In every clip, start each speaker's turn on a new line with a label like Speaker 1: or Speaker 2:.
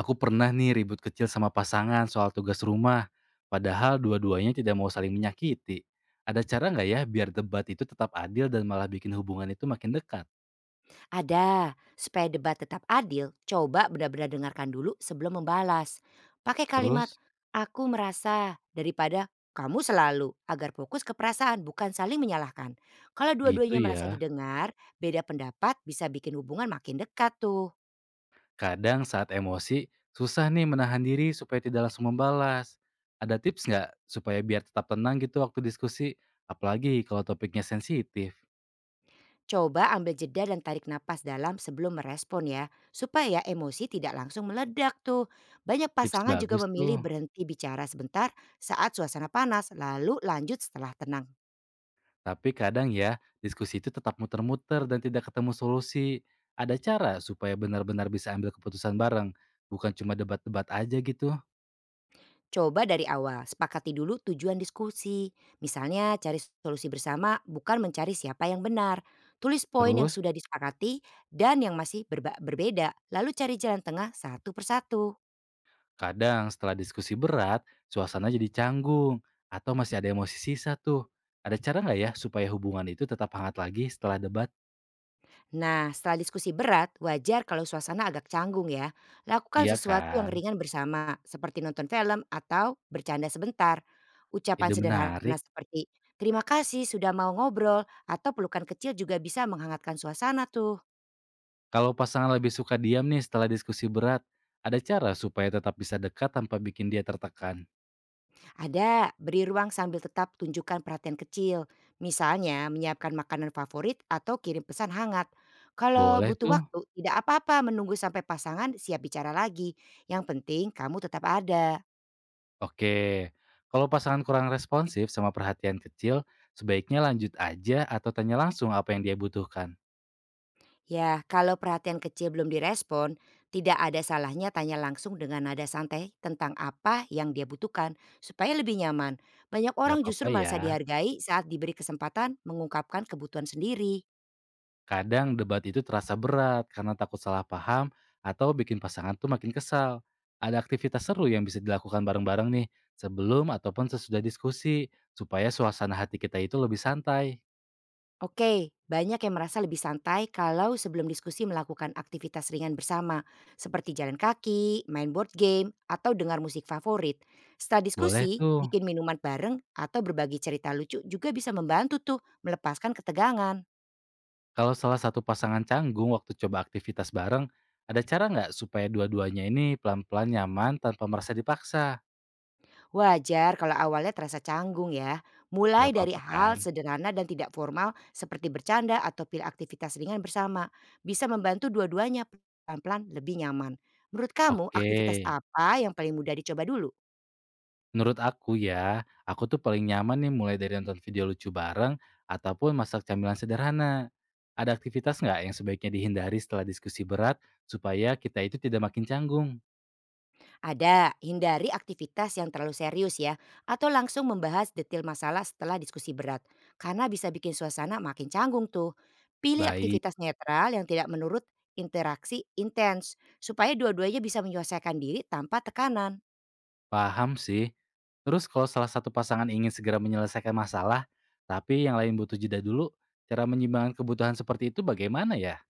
Speaker 1: Aku pernah nih ribut kecil sama pasangan soal tugas rumah, padahal dua-duanya tidak mau saling menyakiti. Ada cara nggak ya biar debat itu tetap adil dan malah bikin hubungan itu makin dekat?
Speaker 2: Ada, supaya debat tetap adil, coba benar-benar dengarkan dulu sebelum membalas. Pakai kalimat
Speaker 1: Terus,
Speaker 2: "aku merasa" daripada "kamu selalu" agar fokus ke perasaan bukan saling menyalahkan. Kalau
Speaker 1: gitu
Speaker 2: dua-duanya merasa
Speaker 1: ya,
Speaker 2: didengar, beda pendapat bisa bikin hubungan makin dekat tuh.
Speaker 1: kadang saat emosi, susah nih menahan diri supaya tidak langsung membalas. Ada tips nggak supaya biar tetap tenang gitu waktu diskusi, apalagi kalau topiknya sensitif?
Speaker 2: Coba ambil jeda dan tarik napas dalam sebelum merespon ya, supaya emosi tidak langsung meledak tuh. Banyak
Speaker 1: Tips
Speaker 2: pasangan juga
Speaker 1: bagus tuh.
Speaker 2: memilih berhenti bicara sebentar saat suasana panas, lalu lanjut setelah tenang.
Speaker 1: Tapi kadang ya, diskusi itu tetap muter-muter dan tidak ketemu solusi. Ada cara supaya benar-benar bisa ambil keputusan bareng, bukan cuma debat-debat aja gitu.
Speaker 2: Coba dari awal, sepakati dulu tujuan diskusi. Misalnya cari solusi bersama bukan mencari siapa yang benar. Tulis poin yang
Speaker 1: Terus,
Speaker 2: sudah disepakati dan yang masih berbeda, lalu cari jalan tengah satu persatu.
Speaker 1: kadang setelah diskusi berat, suasana jadi canggung atau masih ada emosi sisa tuh. Ada cara nggak ya supaya hubungan itu tetap hangat lagi setelah debat?
Speaker 2: Nah, setelah diskusi berat, wajar kalau suasana agak canggung ya. Lakukan
Speaker 1: Iya
Speaker 2: sesuatu yang
Speaker 1: kan?
Speaker 2: ringan bersama, seperti nonton film atau bercanda sebentar. Ucapan
Speaker 1: Ide
Speaker 2: sederhana
Speaker 1: menarik.
Speaker 2: seperti, terima kasih sudah mau ngobrol, atau pelukan kecil juga bisa menghangatkan suasana tuh.
Speaker 1: Kalau pasangan lebih suka diam nih setelah diskusi berat, ada cara supaya tetap bisa dekat tanpa bikin dia tertekan.
Speaker 2: Ada, beri ruang sambil tetap tunjukkan perhatian kecil. Misalnya menyiapkan makanan favorit atau kirim pesan hangat. Kalau
Speaker 1: Boleh
Speaker 2: butuh
Speaker 1: tuh.
Speaker 2: waktu, tidak apa-apa menunggu sampai pasangan siap bicara lagi. Yang penting kamu tetap ada.
Speaker 1: Oke, kalau pasangan kurang responsif sama perhatian kecil, sebaiknya lanjut aja atau tanya langsung apa yang dia butuhkan.
Speaker 2: Ya, kalau perhatian kecil belum direspon, tidak ada salahnya tanya langsung dengan nada santai tentang apa yang dia butuhkan supaya lebih nyaman. Banyak
Speaker 1: Gak
Speaker 2: orang
Speaker 1: apa-apa
Speaker 2: justru
Speaker 1: ya,
Speaker 2: merasa dihargai saat diberi kesempatan mengungkapkan kebutuhan sendiri.
Speaker 1: kadang debat itu terasa berat karena takut salah paham atau bikin pasangan tuh makin kesal. Ada aktivitas seru yang bisa dilakukan bareng-bareng nih, sebelum ataupun sesudah diskusi, supaya suasana hati kita itu lebih santai.
Speaker 2: Oke, banyak yang merasa lebih santai kalau sebelum diskusi melakukan aktivitas ringan bersama, seperti jalan kaki, main board game, atau dengar musik favorit. Setelah
Speaker 1: Boleh
Speaker 2: diskusi,
Speaker 1: tuh,
Speaker 2: bikin minuman bareng atau berbagi cerita lucu juga bisa membantu tuh melepaskan ketegangan.
Speaker 1: kalau salah satu pasangan canggung waktu coba aktivitas bareng, ada cara nggak supaya dua-duanya ini pelan-pelan nyaman tanpa merasa dipaksa?
Speaker 2: Wajar kalau awalnya terasa canggung ya. Mulai
Speaker 1: Nggak
Speaker 2: dari
Speaker 1: apa-apa
Speaker 2: hal
Speaker 1: kan?
Speaker 2: sederhana dan tidak formal seperti bercanda atau pilih aktivitas ringan bersama. Bisa membantu dua-duanya pelan-pelan lebih nyaman. Menurut kamu
Speaker 1: Oke.
Speaker 2: aktivitas apa yang paling mudah dicoba dulu?
Speaker 1: Menurut aku ya, aku tuh paling nyaman nih mulai dari nonton video lucu bareng ataupun masak camilan sederhana. Ada aktivitas nggak yang sebaiknya dihindari setelah diskusi berat supaya kita itu tidak makin canggung?
Speaker 2: Ada, hindari aktivitas yang terlalu serius ya, atau langsung membahas detail masalah setelah diskusi berat, karena bisa bikin suasana makin canggung tuh. Pilih
Speaker 1: Baik,
Speaker 2: aktivitas netral yang tidak menurut interaksi intens, supaya dua-duanya bisa menyelesaikan diri tanpa tekanan.
Speaker 1: paham sih. Terus kalau salah satu pasangan ingin segera menyelesaikan masalah, tapi yang lain butuh jeda dulu, cara menyeimbangkan kebutuhan seperti itu bagaimana ya?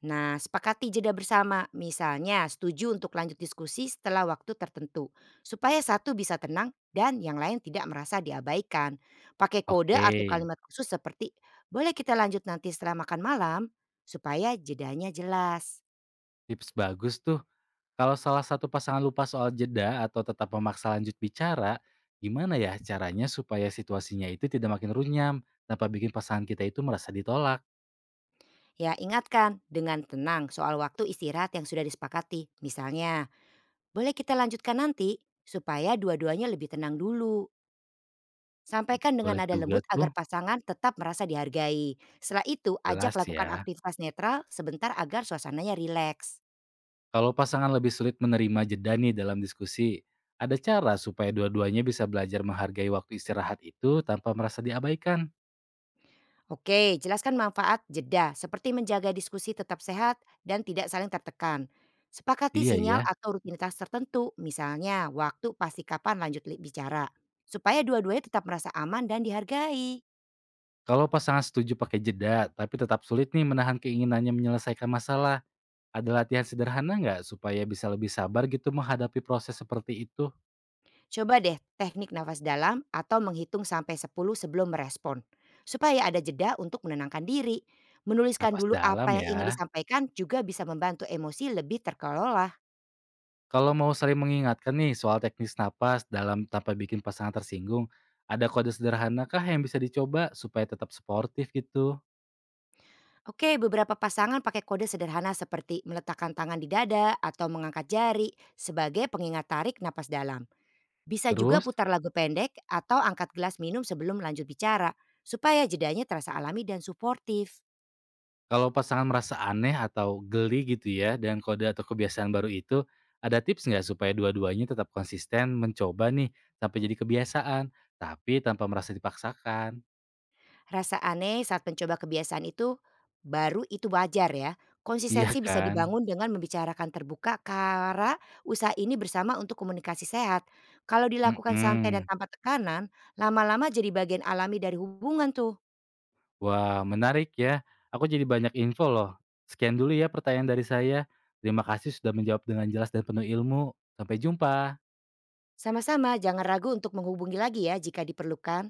Speaker 2: Nah, sepakati jeda bersama, misalnya setuju untuk lanjut diskusi setelah waktu tertentu, supaya satu bisa tenang dan yang lain tidak merasa diabaikan. Pakai kode
Speaker 1: Oke,
Speaker 2: atau kalimat khusus seperti, boleh kita lanjut nanti setelah makan malam, supaya jedanya jelas.
Speaker 1: tips bagus tuh. Kalau salah satu pasangan lupa soal jeda atau tetap memaksa lanjut bicara, gimana ya caranya supaya situasinya itu tidak makin runyam tanpa bikin pasangan kita itu merasa ditolak?
Speaker 2: Ya, ingatkan dengan tenang soal waktu istirahat yang sudah disepakati. Misalnya, boleh kita lanjutkan nanti, supaya dua-duanya lebih tenang dulu. Sampaikan dengan
Speaker 1: Boleh
Speaker 2: nada
Speaker 1: juga
Speaker 2: lembut
Speaker 1: tuh,
Speaker 2: agar pasangan tetap merasa dihargai. Setelah itu, ajak
Speaker 1: jelas
Speaker 2: lakukan
Speaker 1: ya.
Speaker 2: aktivitas netral sebentar agar suasananya rileks.
Speaker 1: Kalau pasangan lebih sulit menerima jeda nih dalam diskusi, ada cara supaya dua-duanya bisa belajar menghargai waktu istirahat itu tanpa merasa diabaikan?
Speaker 2: Oke, jelaskan manfaat jeda seperti menjaga diskusi tetap sehat dan tidak saling tertekan. Sepakati
Speaker 1: Iya
Speaker 2: sinyal
Speaker 1: ya.
Speaker 2: atau rutinitas tertentu, misalnya waktu pasti kapan lanjut bicara, supaya dua-duanya tetap merasa aman dan dihargai.
Speaker 1: Kalau pasangan setuju pakai jeda, tapi tetap sulit nih menahan keinginannya menyelesaikan masalah, ada latihan sederhana nggak supaya bisa lebih sabar gitu menghadapi proses seperti itu?
Speaker 2: Coba deh teknik nafas dalam atau menghitung sampai 10 sebelum merespon. Supaya ada jeda untuk menenangkan diri. Menuliskan
Speaker 1: Napas
Speaker 2: dulu apa
Speaker 1: dalam
Speaker 2: yang ingin
Speaker 1: ya.
Speaker 2: disampaikan juga bisa membantu emosi lebih terkelola.
Speaker 1: Kalau mau sering mengingatkan nih soal teknis napas dalam tanpa bikin pasangan tersinggung, ada kode sederhana kah yang bisa dicoba supaya tetap suportif gitu?
Speaker 2: Oke, beberapa pasangan pakai kode sederhana seperti meletakkan tangan di dada atau mengangkat jari sebagai pengingat tarik napas dalam. Bisa juga
Speaker 1: Terus,
Speaker 2: putar lagu pendek atau angkat gelas minum sebelum lanjut bicara supaya jedanya terasa alami dan suportif.
Speaker 1: kalau pasangan merasa aneh atau geli gitu ya dengan kode atau kebiasaan baru itu, ada tips nggak supaya dua-duanya tetap konsisten mencoba nih sampai jadi kebiasaan, tapi tanpa merasa dipaksakan?
Speaker 2: Rasa aneh saat mencoba kebiasaan baru itu wajar ya.
Speaker 1: Iya
Speaker 2: Konsistensi bisa
Speaker 1: kan?
Speaker 2: dibangun dengan membicarakan terbuka karena usaha ini bersama untuk komunikasi sehat. Kalau dilakukan santai dan
Speaker 1: Mhm.
Speaker 2: tanpa tekanan, lama-lama jadi bagian alami dari hubungan tuh.
Speaker 1: Wah, menarik ya. Aku jadi banyak info loh. Sekian dulu ya pertanyaan dari saya. Terima kasih sudah menjawab dengan jelas dan penuh ilmu. Sampai jumpa.
Speaker 2: Sama-sama, jangan ragu untuk menghubungi lagi ya jika diperlukan.